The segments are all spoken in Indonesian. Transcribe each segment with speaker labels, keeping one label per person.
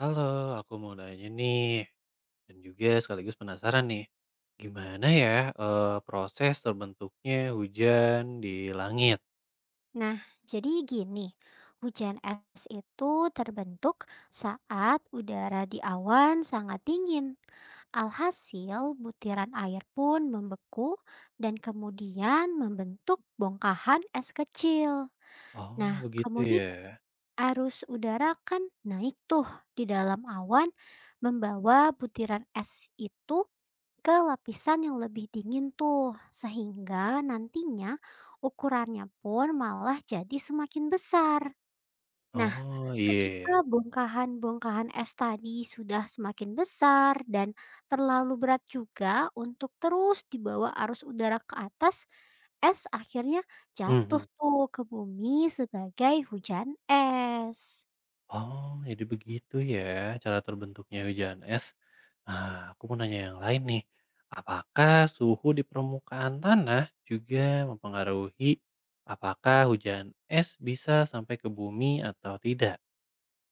Speaker 1: Halo, aku mau nanya nih, dan juga sekaligus penasaran nih, gimana ya proses terbentuknya hujan di langit?
Speaker 2: Nah, jadi gini, hujan es itu terbentuk saat udara di awan sangat dingin. Alhasil, butiran air pun membeku dan kemudian membentuk bongkahan es kecil.
Speaker 1: Oh,
Speaker 2: Nah,
Speaker 1: begitu
Speaker 2: kemudian
Speaker 1: ya.
Speaker 2: arus udara kan naik tuh di dalam awan, membawa butiran es itu ke lapisan yang lebih dingin tuh, sehingga nantinya ukurannya pun malah jadi semakin besar. Nah,
Speaker 1: Oh, iya.
Speaker 2: ketika bongkahan-bongkahan es tadi sudah semakin besar dan terlalu berat juga untuk terus dibawa arus udara ke atas, es akhirnya
Speaker 1: Hmm,
Speaker 2: jatuh
Speaker 1: hmm.
Speaker 2: tuh ke bumi sebagai hujan es.
Speaker 1: Oh, jadi begitu ya cara terbentuknya hujan es. Nah, aku mau nanya yang lain nih. Apakah suhu di permukaan tanah juga mempengaruhi apakah hujan es bisa sampai ke bumi atau tidak?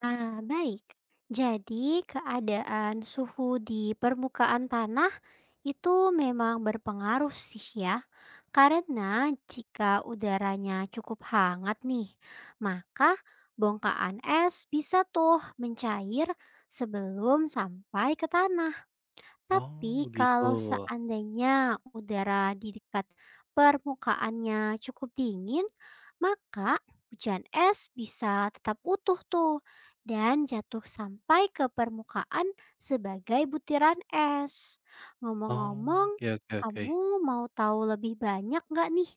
Speaker 2: Ah, baik. Jadi, keadaan suhu di permukaan tanah itu memang berpengaruh sih ya. Karena jika udaranya cukup hangat nih, maka bongkahan es bisa tuh mencair sebelum sampai ke tanah.
Speaker 1: Oh,
Speaker 2: Tapi
Speaker 1: begitu.
Speaker 2: kalau seandainya udara di dekat permukaannya cukup dingin, maka hujan es bisa tetap utuh tuh dan jatuh sampai ke permukaan sebagai butiran es.
Speaker 1: Oh,
Speaker 2: Ngomong-ngomong,
Speaker 1: oke, oke, oke.
Speaker 2: kamu mau tahu lebih banyak nggak nih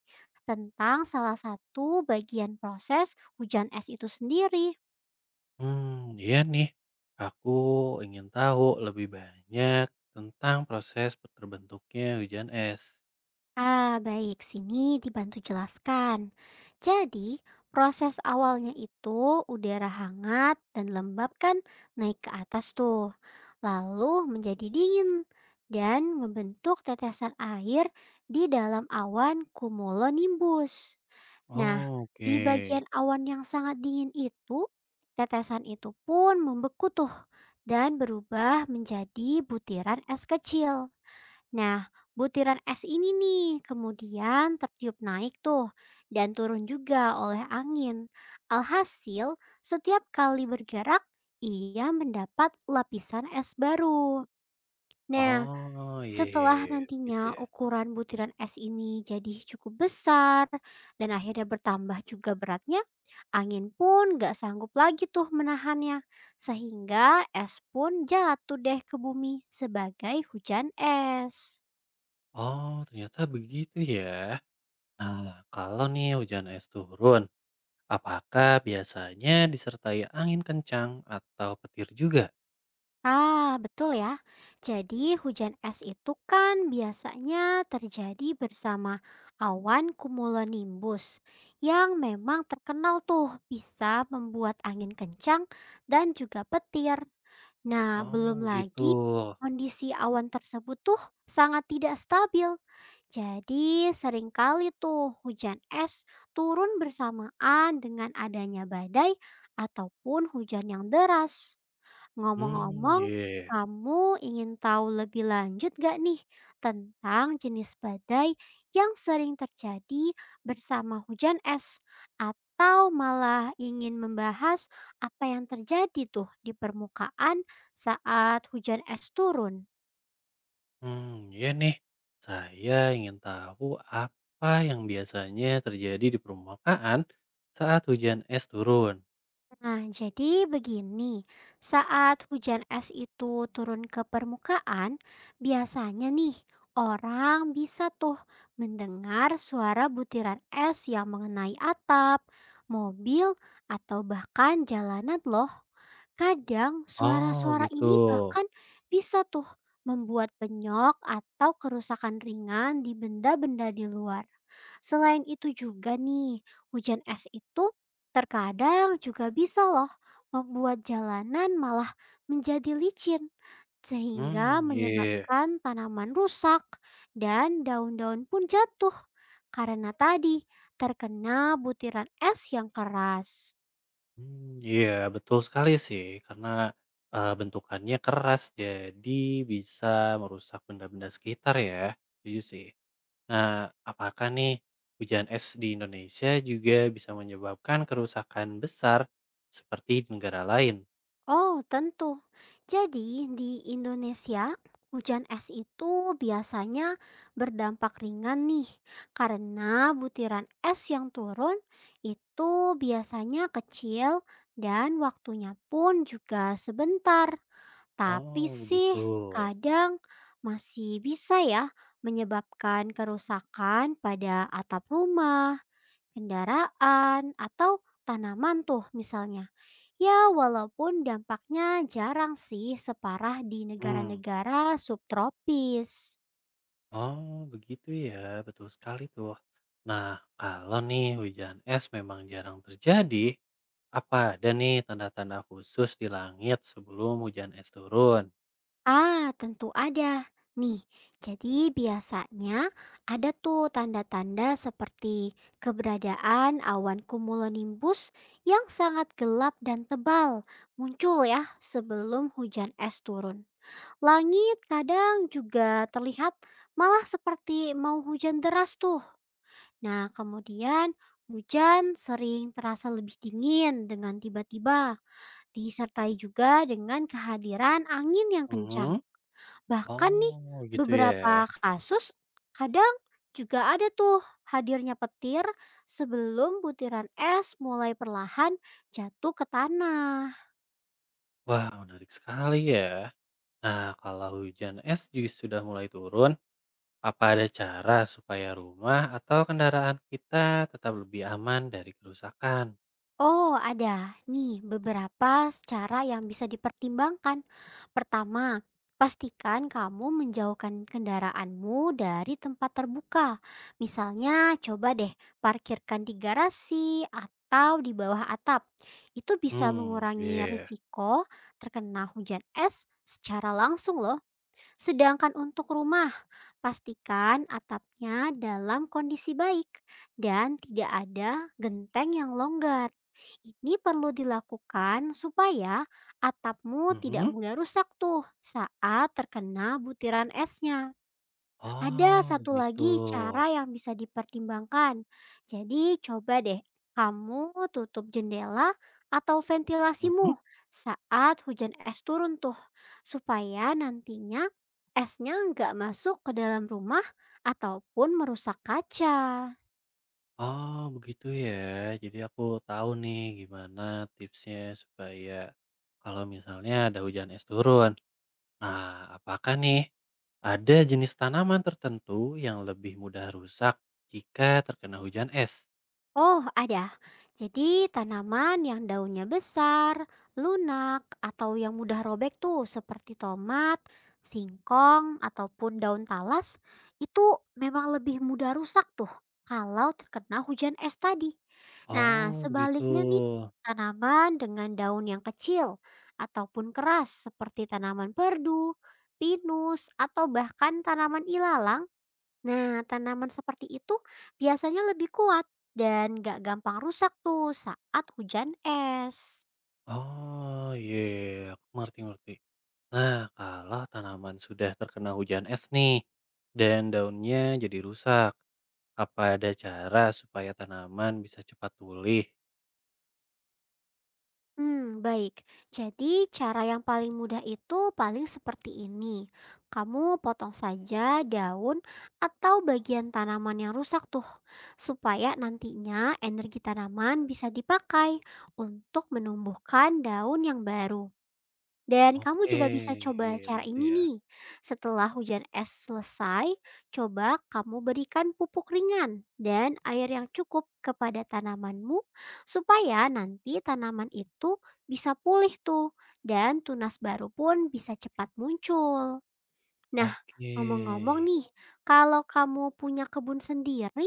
Speaker 2: tentang salah satu bagian proses hujan es itu sendiri?
Speaker 1: Hmm, iya nih, aku ingin tahu lebih banyak tentang proses terbentuknya hujan es.
Speaker 2: Ah, baik. Sini dibantu jelaskan. Jadi, proses awalnya itu udara hangat dan lembab kan naik ke atas tuh. Lalu menjadi dingin dan membentuk tetesan air di dalam awan cumulonimbus. Nah,
Speaker 1: Oh,
Speaker 2: di
Speaker 1: oke.
Speaker 2: bagian awan yang sangat dingin itu, tetesan itu pun membeku tuh dan berubah menjadi butiran es kecil. Nah, butiran es ini nih kemudian tertiup naik tuh dan turun juga oleh angin. Alhasil, setiap kali bergerak, ia mendapat lapisan es baru. Nah,
Speaker 1: Oh, iya, iya,
Speaker 2: setelah
Speaker 1: iya, gitu
Speaker 2: nantinya
Speaker 1: ya.
Speaker 2: ukuran butiran es ini jadi cukup besar dan akhirnya bertambah juga beratnya, angin pun gak sanggup lagi tuh menahannya. Sehingga es pun jatuh deh ke bumi sebagai hujan es.
Speaker 1: Oh, ternyata begitu ya. Nah, kalau nih hujan es turun, apakah biasanya disertai angin kencang atau petir juga?
Speaker 2: Ah, betul ya. Jadi hujan es itu kan biasanya terjadi bersama awan cumulonimbus yang memang terkenal tuh bisa membuat angin kencang dan juga petir. Nah,
Speaker 1: Oh,
Speaker 2: belum
Speaker 1: gitu.
Speaker 2: lagi kondisi awan tersebut tuh sangat tidak stabil. Jadi seringkali tuh hujan es turun bersamaan dengan adanya badai ataupun hujan yang deras.
Speaker 1: Hmm,
Speaker 2: Ngomong-ngomong,
Speaker 1: iya.
Speaker 2: kamu ingin tahu lebih lanjut gak nih tentang jenis badai yang sering terjadi bersama hujan es? Atau malah ingin membahas apa yang terjadi tuh di permukaan saat hujan es turun?
Speaker 1: Hmm, iya nih, saya ingin tahu apa yang biasanya terjadi di permukaan saat hujan es turun?
Speaker 2: Nah, jadi begini, saat hujan es itu turun ke permukaan, biasanya nih orang bisa tuh mendengar suara butiran es yang mengenai atap, mobil, atau bahkan jalanan loh. Kadang
Speaker 1: Oh,
Speaker 2: suara-suara
Speaker 1: gitu.
Speaker 2: ini bahkan bisa tuh membuat penyok atau kerusakan ringan di benda-benda di luar. Selain itu juga nih, hujan es itu terkadang juga bisa loh membuat jalanan malah menjadi licin sehingga
Speaker 1: Hmm, iya,
Speaker 2: menyebabkan tanaman rusak dan daun-daun pun jatuh karena tadi terkena butiran es yang keras.
Speaker 1: mmm, iya, betul sekali sih karena, bentukannya keras jadi bisa merusak benda-benda sekitar ya, setuju sih. Nah, apakah nih hujan es di Indonesia juga bisa menyebabkan kerusakan besar seperti di negara lain?
Speaker 2: Oh, tentu. Jadi, di Indonesia, hujan es itu biasanya berdampak ringan nih, karena butiran es yang turun itu biasanya kecil dan waktunya pun juga sebentar. Tapi
Speaker 1: Oh,
Speaker 2: sih,
Speaker 1: begitu.
Speaker 2: kadang masih bisa ya menyebabkan kerusakan pada atap rumah, kendaraan, atau tanaman tuh misalnya. Ya, walaupun dampaknya jarang sih separah di
Speaker 1: Hmm.
Speaker 2: negara-negara subtropis.
Speaker 1: Oh, begitu ya, betul sekali tuh. Nah, kalau nih hujan es memang jarang terjadi, apa ada nih tanda-tanda khusus di langit sebelum hujan es turun?
Speaker 2: Ah, tentu ada. Nih, jadi biasanya ada tuh tanda-tanda seperti keberadaan awan cumulonimbus yang sangat gelap dan tebal muncul ya sebelum hujan es turun. Langit kadang juga terlihat malah seperti mau hujan deras tuh. Nah, kemudian hujan sering terasa lebih dingin dengan tiba-tiba, disertai juga dengan kehadiran angin yang kencang.
Speaker 1: Mhm.
Speaker 2: Bahkan nih,
Speaker 1: Oh, gitu ya.
Speaker 2: beberapa kasus kadang juga ada tuh hadirnya petir sebelum butiran es mulai perlahan jatuh ke tanah.
Speaker 1: Wah, menarik sekali ya. Nah, kalau hujan es juga sudah mulai turun, apa ada cara supaya rumah atau kendaraan kita tetap lebih aman dari kerusakan?
Speaker 2: Oh, ada nih beberapa cara yang bisa dipertimbangkan. Pertama, pastikan kamu menjauhkan kendaraanmu dari tempat terbuka. Misalnya, coba deh parkirkan di garasi atau di bawah atap. Itu bisa
Speaker 1: Hmm,
Speaker 2: mengurangi
Speaker 1: iya.
Speaker 2: risiko terkena hujan es secara langsung loh. Sedangkan untuk rumah, pastikan atapnya dalam kondisi baik dan tidak ada genteng yang longgar. Ini perlu dilakukan supaya atapmu tidak
Speaker 1: Mhm.
Speaker 2: mudah rusak tuh saat terkena butiran esnya. Ada
Speaker 1: Oh,
Speaker 2: satu
Speaker 1: begitu.
Speaker 2: lagi cara yang bisa dipertimbangkan. Jadi coba deh kamu tutup jendela atau ventilasimu
Speaker 1: Mhm.
Speaker 2: saat hujan es turun tuh. Supaya nantinya esnya nggak masuk ke dalam rumah ataupun merusak kaca.
Speaker 1: Oh, begitu ya. Jadi aku tahu nih gimana tipsnya supaya kalau misalnya ada hujan es turun. Nah, apakah nih ada jenis tanaman tertentu yang lebih mudah rusak jika terkena hujan es?
Speaker 2: Oh, ada. Jadi tanaman yang daunnya besar, lunak, atau yang mudah robek tuh seperti tomat, singkong, ataupun daun talas, itu memang lebih mudah rusak tuh kalau terkena hujan es tadi. Nah,
Speaker 1: Oh, begitu.
Speaker 2: sebaliknya nih, tanaman dengan daun yang kecil ataupun keras seperti tanaman perdu, pinus, atau bahkan tanaman ilalang. Nah, tanaman seperti itu biasanya lebih kuat dan gak gampang rusak tuh saat hujan es.
Speaker 1: Oh, iya, aku ngerti-ngerti. Nah, kalau tanaman sudah terkena hujan es nih dan daunnya jadi rusak, apa ada cara supaya tanaman bisa cepat pulih?
Speaker 2: Hmm, baik. Jadi, cara yang paling mudah itu paling seperti ini. Kamu potong saja daun atau bagian tanaman yang rusak tuh, supaya nantinya energi tanaman bisa dipakai untuk menumbuhkan daun yang baru. Dan kamu
Speaker 1: Oke,
Speaker 2: juga bisa coba
Speaker 1: iya
Speaker 2: cara
Speaker 1: begitu
Speaker 2: ini
Speaker 1: ya.
Speaker 2: nih. Setelah hujan es selesai, coba kamu berikan pupuk ringan dan air yang cukup kepada tanamanmu supaya nanti tanaman itu bisa pulih tuh dan tunas baru pun bisa cepat muncul. Nah,
Speaker 1: Oke,
Speaker 2: ngomong-ngomong nih, kalau kamu punya kebun sendiri,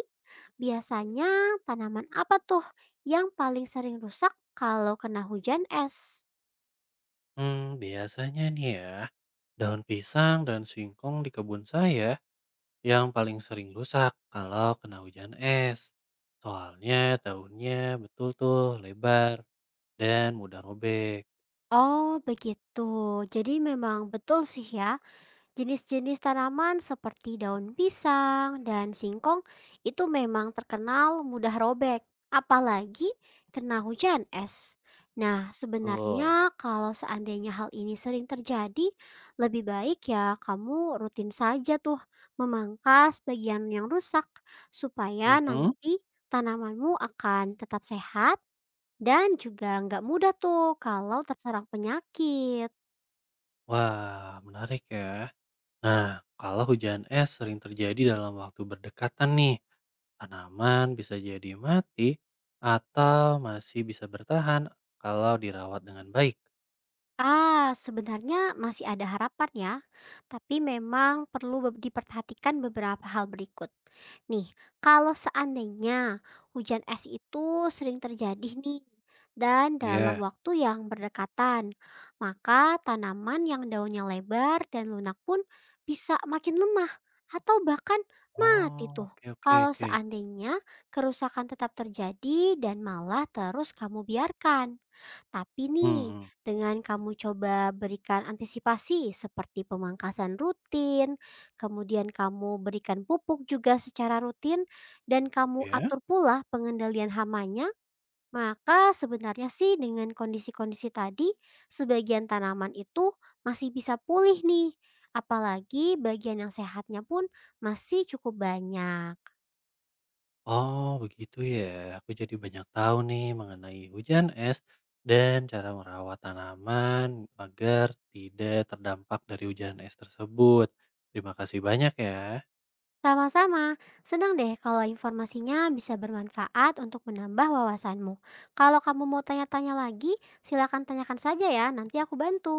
Speaker 2: biasanya tanaman apa tuh yang paling sering rusak kalau kena hujan es?
Speaker 1: hmm, biasanya nih ya, daun pisang dan singkong di kebun saya yang paling sering rusak kalau kena hujan es. Soalnya daunnya betul tuh lebar dan mudah robek.
Speaker 2: Oh, begitu. Jadi memang betul sih ya, jenis-jenis tanaman seperti daun pisang dan singkong itu memang terkenal mudah robek, apalagi kena hujan es. Nah,
Speaker 1: Betul.
Speaker 2: sebenarnya kalau seandainya hal ini sering terjadi, lebih baik ya kamu rutin saja tuh memangkas bagian yang rusak supaya
Speaker 1: Mhm.
Speaker 2: nanti tanamanmu akan tetap sehat dan juga nggak mudah tuh kalau terserang penyakit.
Speaker 1: Wah, menarik ya. Nah, kalau hujan es sering terjadi dalam waktu berdekatan nih, tanaman bisa jadi mati atau masih bisa bertahan kalau dirawat dengan baik.
Speaker 2: Ah, sebenarnya masih ada harapan ya, tapi memang perlu diperhatikan beberapa hal berikut. Nih, kalau seandainya hujan es itu sering terjadi nih, dan dalam
Speaker 1: Iya.
Speaker 2: waktu yang berdekatan, maka tanaman yang daunnya lebar dan lunak pun bisa makin lemah atau bahkan
Speaker 1: Oh,
Speaker 2: mati tuh.
Speaker 1: oke, oke,
Speaker 2: Kalau
Speaker 1: oke.
Speaker 2: seandainya kerusakan tetap terjadi dan malah terus kamu biarkan. Tapi
Speaker 1: Hmm,
Speaker 2: nih,
Speaker 1: hmm.
Speaker 2: dengan kamu coba berikan antisipasi seperti pemangkasan rutin, kemudian kamu berikan pupuk juga secara rutin, dan kamu
Speaker 1: Ya?
Speaker 2: atur pula pengendalian hamanya, maka sebenarnya sih dengan kondisi-kondisi tadi, sebagian tanaman itu masih bisa pulih nih. Apalagi bagian yang sehatnya pun masih cukup banyak.
Speaker 1: Oh, begitu ya. Aku jadi banyak tahu nih mengenai hujan es dan cara merawat tanaman agar tidak terdampak dari hujan es tersebut. Terima kasih banyak ya.
Speaker 2: Sama-sama, senang deh kalau informasinya bisa bermanfaat untuk menambah wawasanmu. Kalau kamu mau tanya-tanya lagi, silakan tanyakan saja ya, nanti aku bantu.